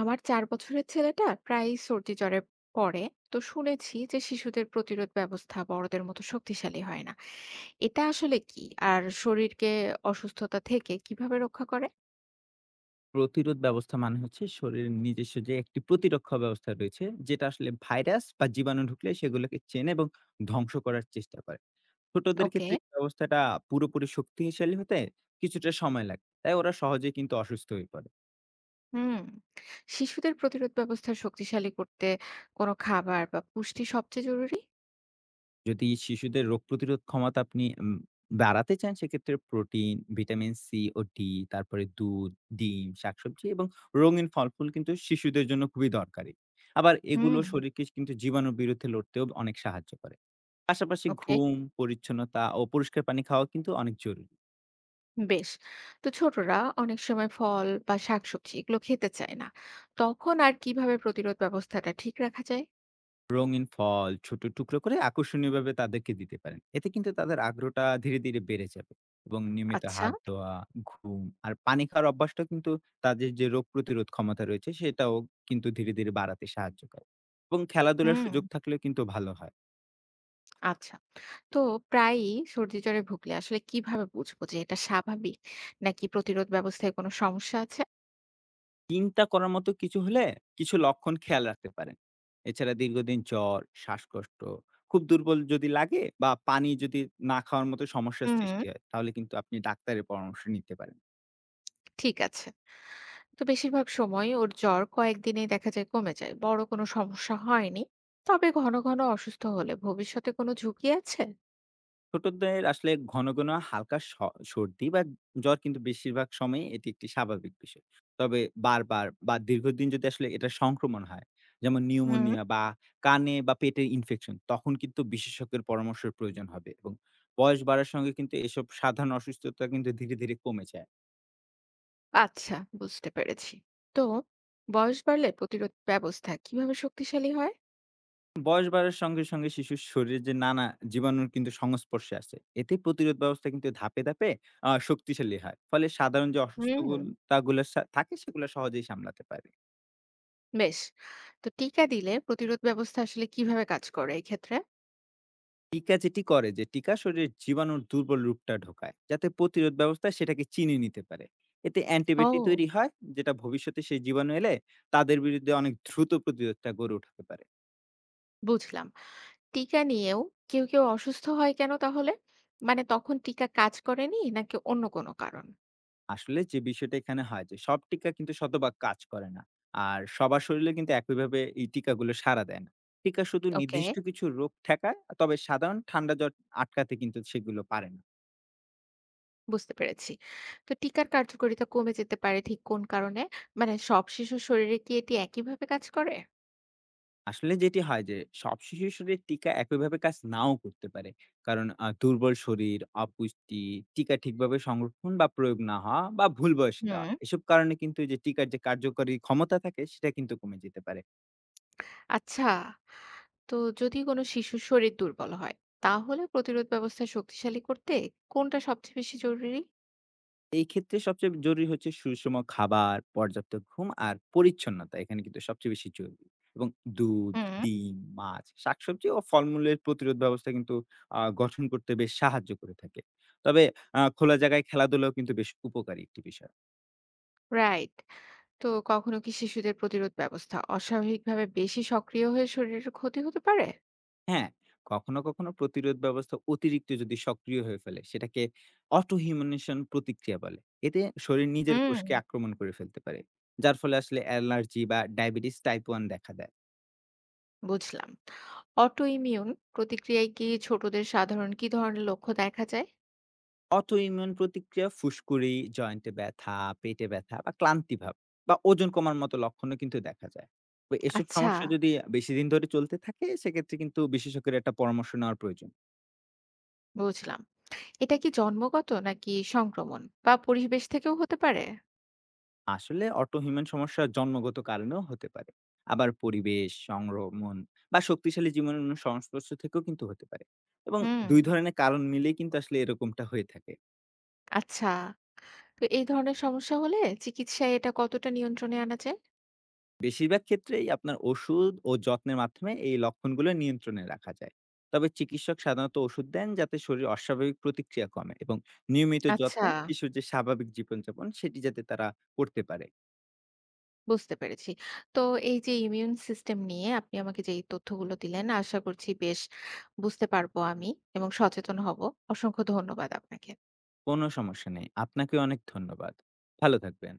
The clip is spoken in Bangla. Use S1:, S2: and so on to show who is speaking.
S1: আমার 4 বছরের ছেলেটা প্রায়ই সর্দি জ্বরে পড়ে। তো শুনেছি যে শিশুদের প্রতিরোধ ব্যবস্থা বড়দের মতো শক্তিশালী হয় না। এটা আসলে কি, আর শরীরকে অসুস্থতা থেকে কিভাবে রক্ষা করে?
S2: প্রতিরোধ ব্যবস্থা মানে হচ্ছে শরীরের নিজস্ব যে একটি প্রতিরক্ষা ব্যবস্থা রয়েছে যেটা আসলে ভাইরাস বা জীবাণু ঢুকলে সেগুলোকে চেনে এবং ধ্বংস করার চেষ্টা করে। ছোটদের
S1: ওকে।
S2: ক্ষেত্রে এই ব্যবস্থাটা পুরোপুরি শক্তিশালী হতে কিছুটা সময় লাগে, তাই ওরা সহজে কিন্তু অসুস্থ হয়ে পড়ে।
S1: হুম। শিশুদের প্রতিরোধ ব্যবস্থা শক্তিশালী করতে কোনো খাবার বা পুষ্টি সবচেয়ে জরুরি?
S2: যদি শিশুদের রোগ প্রতিরোধ ক্ষমতা আপনি বাড়াতে চান সেক্ষেত্রে প্রোটিন, ভিটামিন সি ও ডি, তারপরে দুধ, ডিম, শাকসবজি এবং রঙিন ফল-ফুল কিন্তু শিশুদের জন্য খুবই দরকারি। আবার এগুলো
S1: হুম।
S2: শরীরকে কিন্তু জীবাণুর বিরুদ্ধে লড়তেও অনেক সাহায্য করে। পাশাপাশি
S1: ওকে।
S2: ঘুম, পরিচ্ছন্নতা ও পরিষ্কার পানি খাওয়া কিন্তু অনেক জরুরি।
S1: বেশ। তো ছোটরা অনেক সময় ফল বা শাকসবজি এগুলো খেতে চায় না, তখন আর কিভাবে প্রতিরোধ ব্যবস্থাটা ঠিক রাখা যায়?
S2: রঙিন ফল ছোট টুকরো করে আকর্ষণীয়ভাবে তাদেরকে দিতে পারেন। এতে কিন্তু তাদের আগ্রহটা ধীরে, ধীরে বেড়ে যাবে এবং নিয়মিত
S1: আচ্ছা।
S2: হাত ধোয়া, ঘুম আর পানি খাওয়ার অভ্যাসটা কিন্তু তাদের যে রোগ প্রতিরোধ ক্ষমতা রয়েছে সেটাও কিন্তু ধীরে, ধীরে বাড়াতে সাহায্য করে, এবং খেলাধুলার
S1: হুম।
S2: সুযোগ থাকলেও কিন্তু ভালো হয়।
S1: আচ্ছা। তো প্রায়ই সর্দি জ্বরে ভুগলে আসলে কিভাবে বুঝবো যে এটা স্বাভাবিক, নাকি প্রতিরোধ ব্যবস্থায় কোনো সমস্যা আছে?
S2: চিন্তা করার মতো কিছু হলে কিছু লক্ষণ খেয়াল রাখতে পারেন। এছাড়া দীর্ঘদিন জ্বর, শ্বাসকষ্ট, খুব দুর্বল যদি লাগে বা পানি যদি না খাওয়ার মতো সমস্যার
S1: হুম।
S2: সৃষ্টি হয় তাহলে কিন্তু আপনি ডাক্তারের পরামর্শ নিতে পারেন।
S1: ঠিক আছে। তো বেশিরভাগ সময় ওর জ্বর কয়েকদিনেই দেখা যায় কমে যায়, বড় কোনো সমস্যা হয়নি, তবে ঘন ঘন অসুস্থ হলে ভবিষ্যতে কোনো ঝুঁকি আছে?
S2: ছোটদের আসলে ঘন ঘন হালকা সর্দি বা জ্বর কিন্তু বেশিরভাগ সময় এটি একটি স্বাভাবিক বিষয়। তবে বারবার বা দীর্ঘদিন যদি আসলে এটা সংক্রমণ হয় যেমন
S1: হুম।
S2: নিউমোনিয়া বা কানে বা পেটের ইনফেকশন, তখন কিন্তু বিশেষজ্ঞের পরামর্শের প্রয়োজন হবে, এবং বয়স বাড়ার সঙ্গে কিন্তু এসব সাধারণ অসুস্থতা কিন্তু ধীরে ধীরে কমে যায়।
S1: আচ্ছা, বুঝতে পেরেছি। তো বয়স বাড়লে প্রতিরোধ ব্যবস্থা কিভাবে শক্তিশালী হয়?
S2: বয়স বাড়ার সঙ্গে, সঙ্গে শিশুর শরীরে যে নানা জীবাণুর কিন্তু সংস্পর্শে আসে। এতে প্রতিরোধ ব্যবস্থা কিন্তু ধাপে, ধাপে শক্তিশালী হয়। ফলে সাধারণ যে
S1: হুম।
S2: অসুস্থগুলতাগুলো থাকে সেগুলো সহজেই সামলাতে পারে।
S1: বেশ। তো টিকা দিলে প্রতিরোধ ব্যবস্থা আসলে কিভাবে কাজ করে এই ক্ষেত্রে?
S2: টিকা যেটি করে, যে টিকা শরীরের জীবাণুর দুর্বল রূপটা ঢোকায়, যাতে প্রতিরোধ ব্যবস্থা সেটাকে চিনে নিতে পারে। এতে অ্যান্টিবায়োটিক
S1: ও।
S2: তৈরি হয়, যেটা ভবিষ্যতে সেই জীবাণু এলে তাদের বিরুদ্ধে অনেক দ্রুত প্রতিরোধটা গড়ে উঠাতে পারে।
S1: বুঝলাম। টিকা নিয়েও কেউ অসুস্থ হয় কেন তাহলে? মানে তখন টিকা কাজ করেনি, নাকি অন্য কোনো কারণ?
S2: আসলে যে বিষয়টা এখানে হয়, যে সব টিকা কিন্তু শতভাগ কাজ করে না। আর সবার শরীরে কিন্তু একইভাবে এই টিকাগুলো সাড়া দেয় না। টিকা শুধু
S1: ওকে।
S2: নির্দিষ্ট কিছু রোগ ঠেকায়, তবে সাধারণ ঠান্ডা জ্বর আটকাতে কিন্তু সেগুলো পারে না।
S1: বুঝতে পেরেছি। তো টিকার কার্যকারিতা কমে যেতে পারে ঠিক কোন কারণে? মানে সব শিশুর শরীরে কি এটি একইভাবে কাজ করে?
S2: আসলে যেটি হয়, যে সব শিশুর শরীরে টিকা একইভাবে কাজ নাও করতে পারে। কারণ দুর্বল শরীর, অপুষ্টি, টিকা ঠিকভাবে সংরক্ষণ বা প্রয়োগ না হওয়া বা ভুল বয়সে
S1: হুম।
S2: দেওয়া, এসব কারণে কিন্তু এই যে টিকার যে কার্যকরী ক্ষমতা থাকে সেটা কিন্তু কমে যেতে পারে।
S1: আচ্ছা, তো যদি কোনো শিশুর শরীর দুর্বল হয়, তাহলে প্রতিরোধ ব্যবস্থা শক্তিশালী করতে কোনটা সবচেয়ে বেশি জরুরি?
S2: এই ক্ষেত্রে সবচেয়ে জরুরি হচ্ছে সুষম খাবার, পর্যাপ্ত ঘুম আর পরিচ্ছন্নতা। এখানে কিন্তু সবচেয়ে বেশি জরুরি। এবং দুধ,
S1: হুম।
S2: ডিম, মাছ, শাকসবজি ও ফলমূলের প্রতিরোধ ব্যবস্থা কিন্তু গঠন করতে বেশ সাহায্য করে থাকে। তবে খোলা জায়গায় খেলাধুলাও কিন্তু বেশ উপকারী একটি বিষয়।
S1: রাইট। তো কখনো কি শিশুদের প্রতিরোধ ব্যবস্থা অস্বাভাবিকভাবে বেশি সক্রিয় হয়ে শরীরের ক্ষতি হতে পারে?
S2: হ্যাঁ, কখনো, কখনো প্রতিরোধ ব্যবস্থা অতিরিক্ত যদি সক্রিয় হয়ে ফেলে, সেটাকে অটোইমিউনেশন প্রতিক্রিয়া বলে। এতে শরীর নিজের
S1: হুম।
S2: কোষকে আক্রমণ করে ফেলতে পারে। যার ফলে আসলে অ্যালার্জি বা ডায়াবেটিস টাইপ 1 দেখা দেয়।
S1: বুঝলাম। অটোইমিউন প্রতিক্রিয়ায় কি ছোটদের সাধারণ কি ধরনের লক্ষণ দেখা যায়?
S2: অটোইমিউন প্রতিক্রিয়া ফুসকুড়ি, জয়েন্টে ব্যথা, পেটে ব্যথা বা ক্লান্তিভাব বা ওজন কমার মতো লক্ষণও কিন্তু দেখা যায়। তো এসব
S1: আচ্ছা।
S2: সমস্যা যদি বেশি দিন ধরে চলতে থাকে সেক্ষেত্রে কিন্তু বিশেষজ্ঞের একটা পরামর্শ নেওয়ার প্রয়োজন।
S1: বুঝলাম। এটা কি জন্মগত, নাকি সংক্রমণ বা পরিবেশ থেকেও হতে পারে?
S2: আসলে অটোইমিউন সমস্যা জন্মগত কারণেও হতে পারে। আবার পরিবেশ, সংক্রমণ বা শক্তিশালী জীবাণুর সংস্পর্শ থেকেও কিন্তু হতে পারে। এবং
S1: হুম।
S2: ২ ধরনের কারণ মিলেই কিন্তু আসলে এরকমটা হয়ে থাকে।
S1: আচ্ছা। তো এই ধরনের সমস্যা হলে চিকিৎসায় এটা কতটা নিয়ন্ত্রণে আনা যায়?
S2: বেশিরভাগ ক্ষেত্রেই আপনার ওষুধ ও যত্নের মাধ্যমে এই লক্ষণগুলো নিয়ন্ত্রণে রাখা যায়। তবে চিকিৎসক সাধারণত ওষুধ দেন, যাতে শরীর অস্বাভাবিক প্রতিক্রিয়া কমে এবং নিয়মিত
S1: আচ্ছা,
S2: যত্নে শিশুর যে স্বাভাবিক জীবনযাপন সেটি যাতে তারা করতে পারে।
S1: বুঝতে পেরেছি। তো এই যে ইমিউন সিস্টেম নিয়ে আপনি আমাকে যে এই তথ্যগুলো দিলেন, আশা করছি বেশ বুঝতে পারবো আমি এবং সচেতন হব। অসংখ্য ধন্যবাদ আপনাকে।
S2: কোনো সমস্যা নেই, আপনাকে অনেক ধন্যবাদ। ভালো থাকবেন।